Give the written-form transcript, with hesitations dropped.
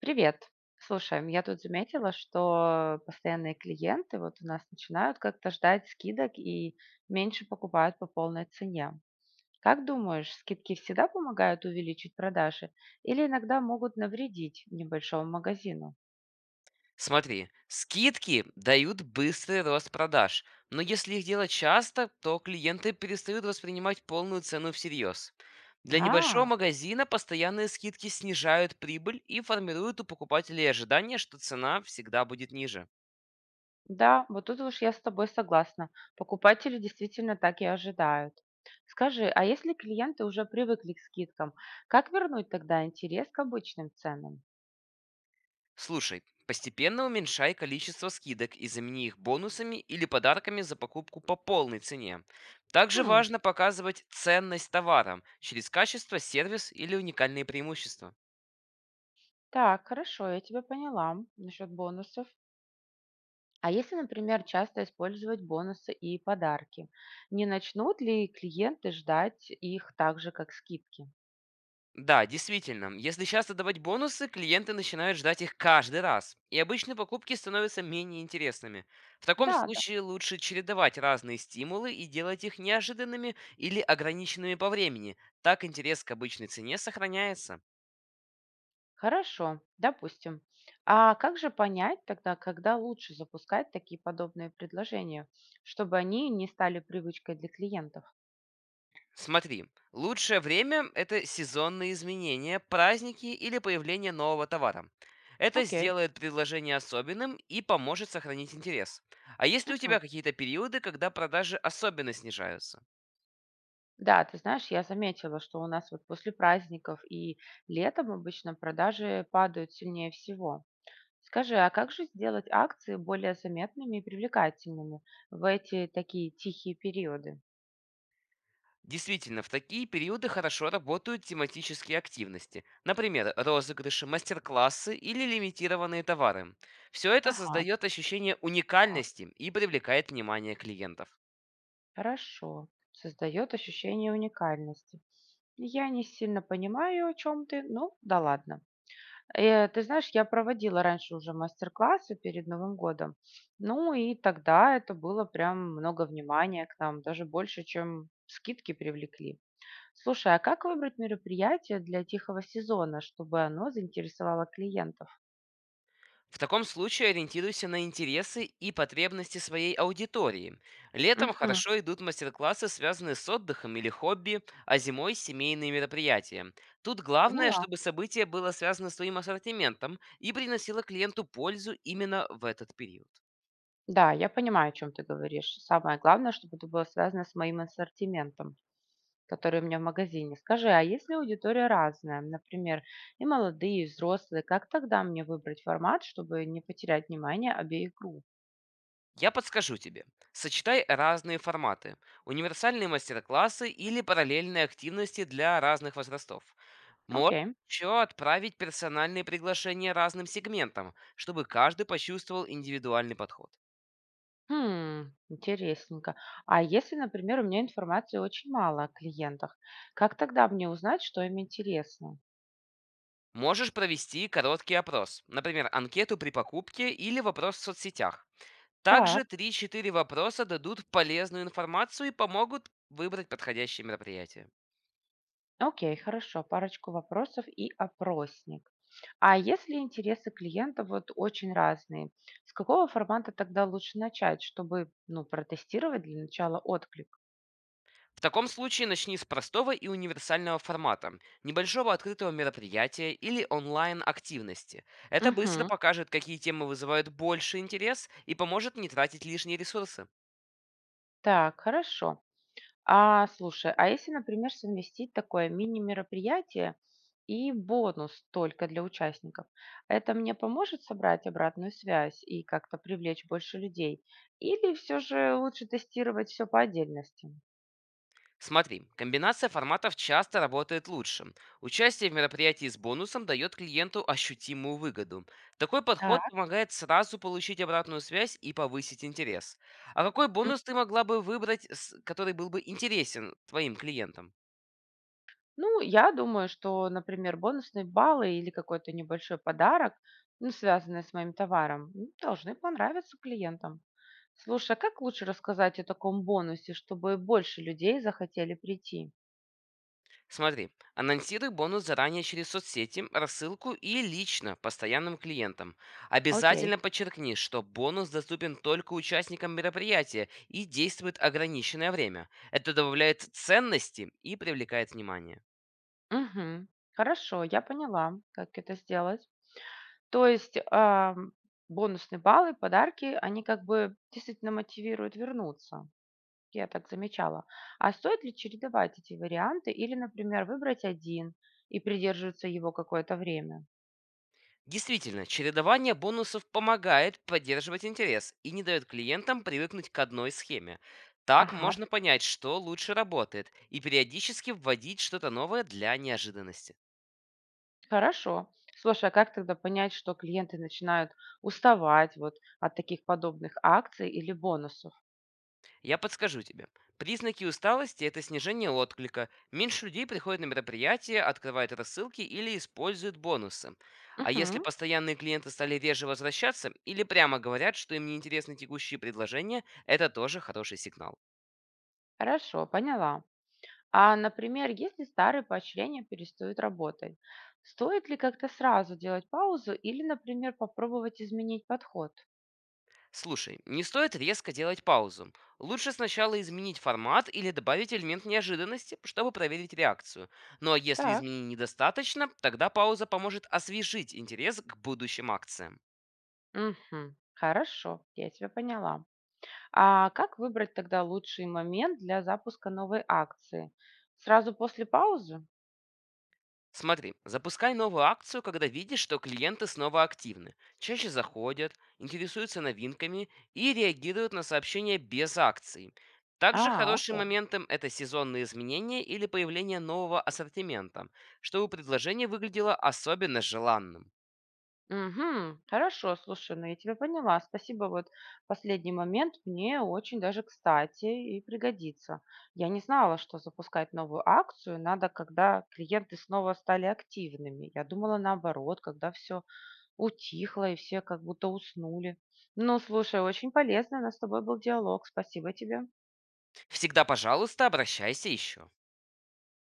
Привет. Слушай, я тут заметила, что постоянные клиенты вот у нас начинают как-то ждать скидок и меньше покупают по полной цене. Как думаешь, скидки всегда помогают увеличить продажи или иногда могут навредить небольшому магазину? Смотри, скидки дают быстрый рост продаж, но если их делать часто, то клиенты перестают воспринимать полную цену всерьез. Для небольшого А, магазина постоянные скидки снижают прибыль и формируют у покупателей ожидание, что цена всегда будет ниже. да, вот тут уж я с тобой согласна. Покупатели действительно так и ожидают. Скажи, а если клиенты уже привыкли к скидкам, как вернуть тогда интерес к обычным ценам? Слушай, постепенно уменьшай количество скидок и замени их бонусами или подарками за покупку по полной цене. Также Хм. важно показывать ценность товара через качество, сервис или уникальные преимущества. Так, хорошо, я тебя поняла насчет бонусов. А если, например, часто использовать бонусы и подарки, не начнут ли клиенты ждать их так же, как скидки? Да, действительно, если часто давать бонусы, клиенты начинают ждать их каждый раз, и обычные покупки становятся менее интересными. В таком Да, да. случае лучше чередовать разные стимулы и делать их неожиданными или ограниченными по времени. Так интерес к обычной цене сохраняется. Хорошо, допустим. А как же понять тогда, когда лучше запускать такие подобные предложения, чтобы они не стали привычкой для клиентов? Смотри, лучшее время– это сезонные изменения, праздники или появление нового товара. Это Окей. сделает предложение особенным и поможет сохранить интерес. А есть ли у Мгм. тебя какие-то периоды, когда продажи особенно снижаются? Да, ты знаешь, я заметила, что у нас вот после праздников и летом обычно продажи падают сильнее всего. Скажи, а как же сделать акции более заметными и привлекательными в эти такие тихие периоды? Действительно, в такие периоды хорошо работают тематические активности, например, розыгрыши, мастер-классы или лимитированные товары. Все это Ага, создает ощущение так, уникальности и привлекает внимание клиентов. хорошо. Создает ощущение уникальности. Я не сильно понимаю, о чем ты, ну да ладно. Ты знаешь, я проводила раньше уже мастер-классы перед Новым годом. Ну и тогда это было прям много внимания к нам, даже больше, чем скидки привлекли. Слушай, а как выбрать мероприятие для тихого сезона, чтобы оно заинтересовало клиентов? В таком случае ориентируйся на интересы и потребности своей аудитории. Летом Мгм. хорошо идут мастер-классы, связанные с отдыхом или хобби, а зимой– семейные мероприятия. Тут главное, Поняла. чтобы событие было связано с твоим ассортиментом и приносило клиенту пользу именно в этот период. Да, я понимаю, о чем ты говоришь. Самое главное, чтобы это было связано с моим ассортиментом, который у меня в магазине. Скажи, а если аудитория разная, например, и молодые, и взрослые, как тогда мне выбрать формат, чтобы не потерять внимание обеих групп? Я подскажу тебе. Сочетай разные форматы. Универсальные мастер-классы или параллельные активности для разных возрастов. Можно Окей. еще отправить персональные приглашения разным сегментам, чтобы каждый почувствовал индивидуальный подход. Хм, интересненько. А если, например, у меня информации очень мало о клиентах, как тогда мне узнать, что им интересно? Можешь провести короткий опрос, например, анкету при покупке или вопрос в соцсетях. Так. Также три-четыре вопроса дадут полезную информацию и помогут выбрать подходящее мероприятие. Окей, хорошо, парочку вопросов и опросник. А если интересы клиента вот очень разные, с какого формата тогда лучше начать, чтобы, ну, протестировать для начала отклик? В таком случае начни с простого и универсального формата, небольшого открытого мероприятия или онлайн-активности. Это быстро Угу. покажет, какие темы вызывают больше интерес и поможет не тратить лишние ресурсы. Так, хорошо. А слушай, а если, например, совместить такое мини-мероприятие и бонус только для участников, это мне поможет собрать обратную связь и как-то привлечь больше людей? Или все же лучше тестировать все по отдельности? Смотри, комбинация форматов часто работает лучше. Участие в мероприятии с бонусом дает клиенту ощутимую выгоду. Такой Так. подход помогает сразу получить обратную связь и повысить интерес. А какой бонус ты могла бы выбрать, с- который был бы интересен твоим клиентам? Ну, я думаю, что, например, бонусные баллы или какой-то небольшой подарок, ну, связанный с моим товаром, должны понравиться клиентам. Слушай, а как лучше рассказать о таком бонусе, чтобы больше людей захотели прийти? Смотри, анонсируй бонус заранее через соцсети, рассылку и лично постоянным клиентам. Окей. Обязательно подчеркни, что бонус доступен только участникам мероприятия и действует ограниченное время. Это добавляет ценности и привлекает внимание. Мгм. Хорошо, я поняла, как это сделать. То есть бонусные баллы, подарки, они как бы действительно мотивируют вернуться. Я так замечала. А стоит ли чередовать эти варианты или, например, выбрать один и придерживаться его какое-то время? Действительно, чередование бонусов помогает поддерживать интерес и не дает клиентам привыкнуть к одной схеме. Так Ага, можно понять, что лучше работает, и периодически вводить что-то новое для неожиданности. хорошо. Слушай, а как тогда понять, что клиенты начинают уставать вот от таких подобных акций или бонусов? Я подскажу тебе. Признаки усталости– это снижение отклика. Меньше людей приходят на мероприятия, открывают рассылки или используют бонусы. А если Мгм, постоянные клиенты стали реже возвращаться или прямо говорят, что им неинтересны текущие предложения, это тоже хороший сигнал. хорошо, поняла. А, например, если старые поощрения перестают работать, стоит ли как-то сразу делать паузу или, например, попробовать изменить подход? Слушай, не стоит резко делать паузу. Лучше сначала изменить формат или добавить элемент неожиданности, чтобы проверить реакцию. Ну а если Так, изменений недостаточно, тогда пауза поможет освежить интерес к будущим акциям. мгм, хорошо, я тебя поняла. А как выбрать тогда лучший момент для запуска новой акции? Сразу после паузы? Смотри, запускай новую акцию, когда видишь, что клиенты снова активны, чаще заходят, интересуются новинками и реагируют на сообщения без акций. Также А, хорошим окей. моментом это сезонные изменения или появление нового ассортимента, чтобы предложение выглядело особенно желанным. Мгм. Хорошо, слушай, ну я тебя поняла. Спасибо, вот последний момент мне очень даже кстати и пригодится. Я не знала, что запускать новую акцию надо, когда клиенты снова стали активными. Я думала наоборот, когда все утихло и все как будто уснули. Ну, слушай, очень полезно, у нас с тобой был диалог. Спасибо тебе. Всегда, пожалуйста, обращайся еще.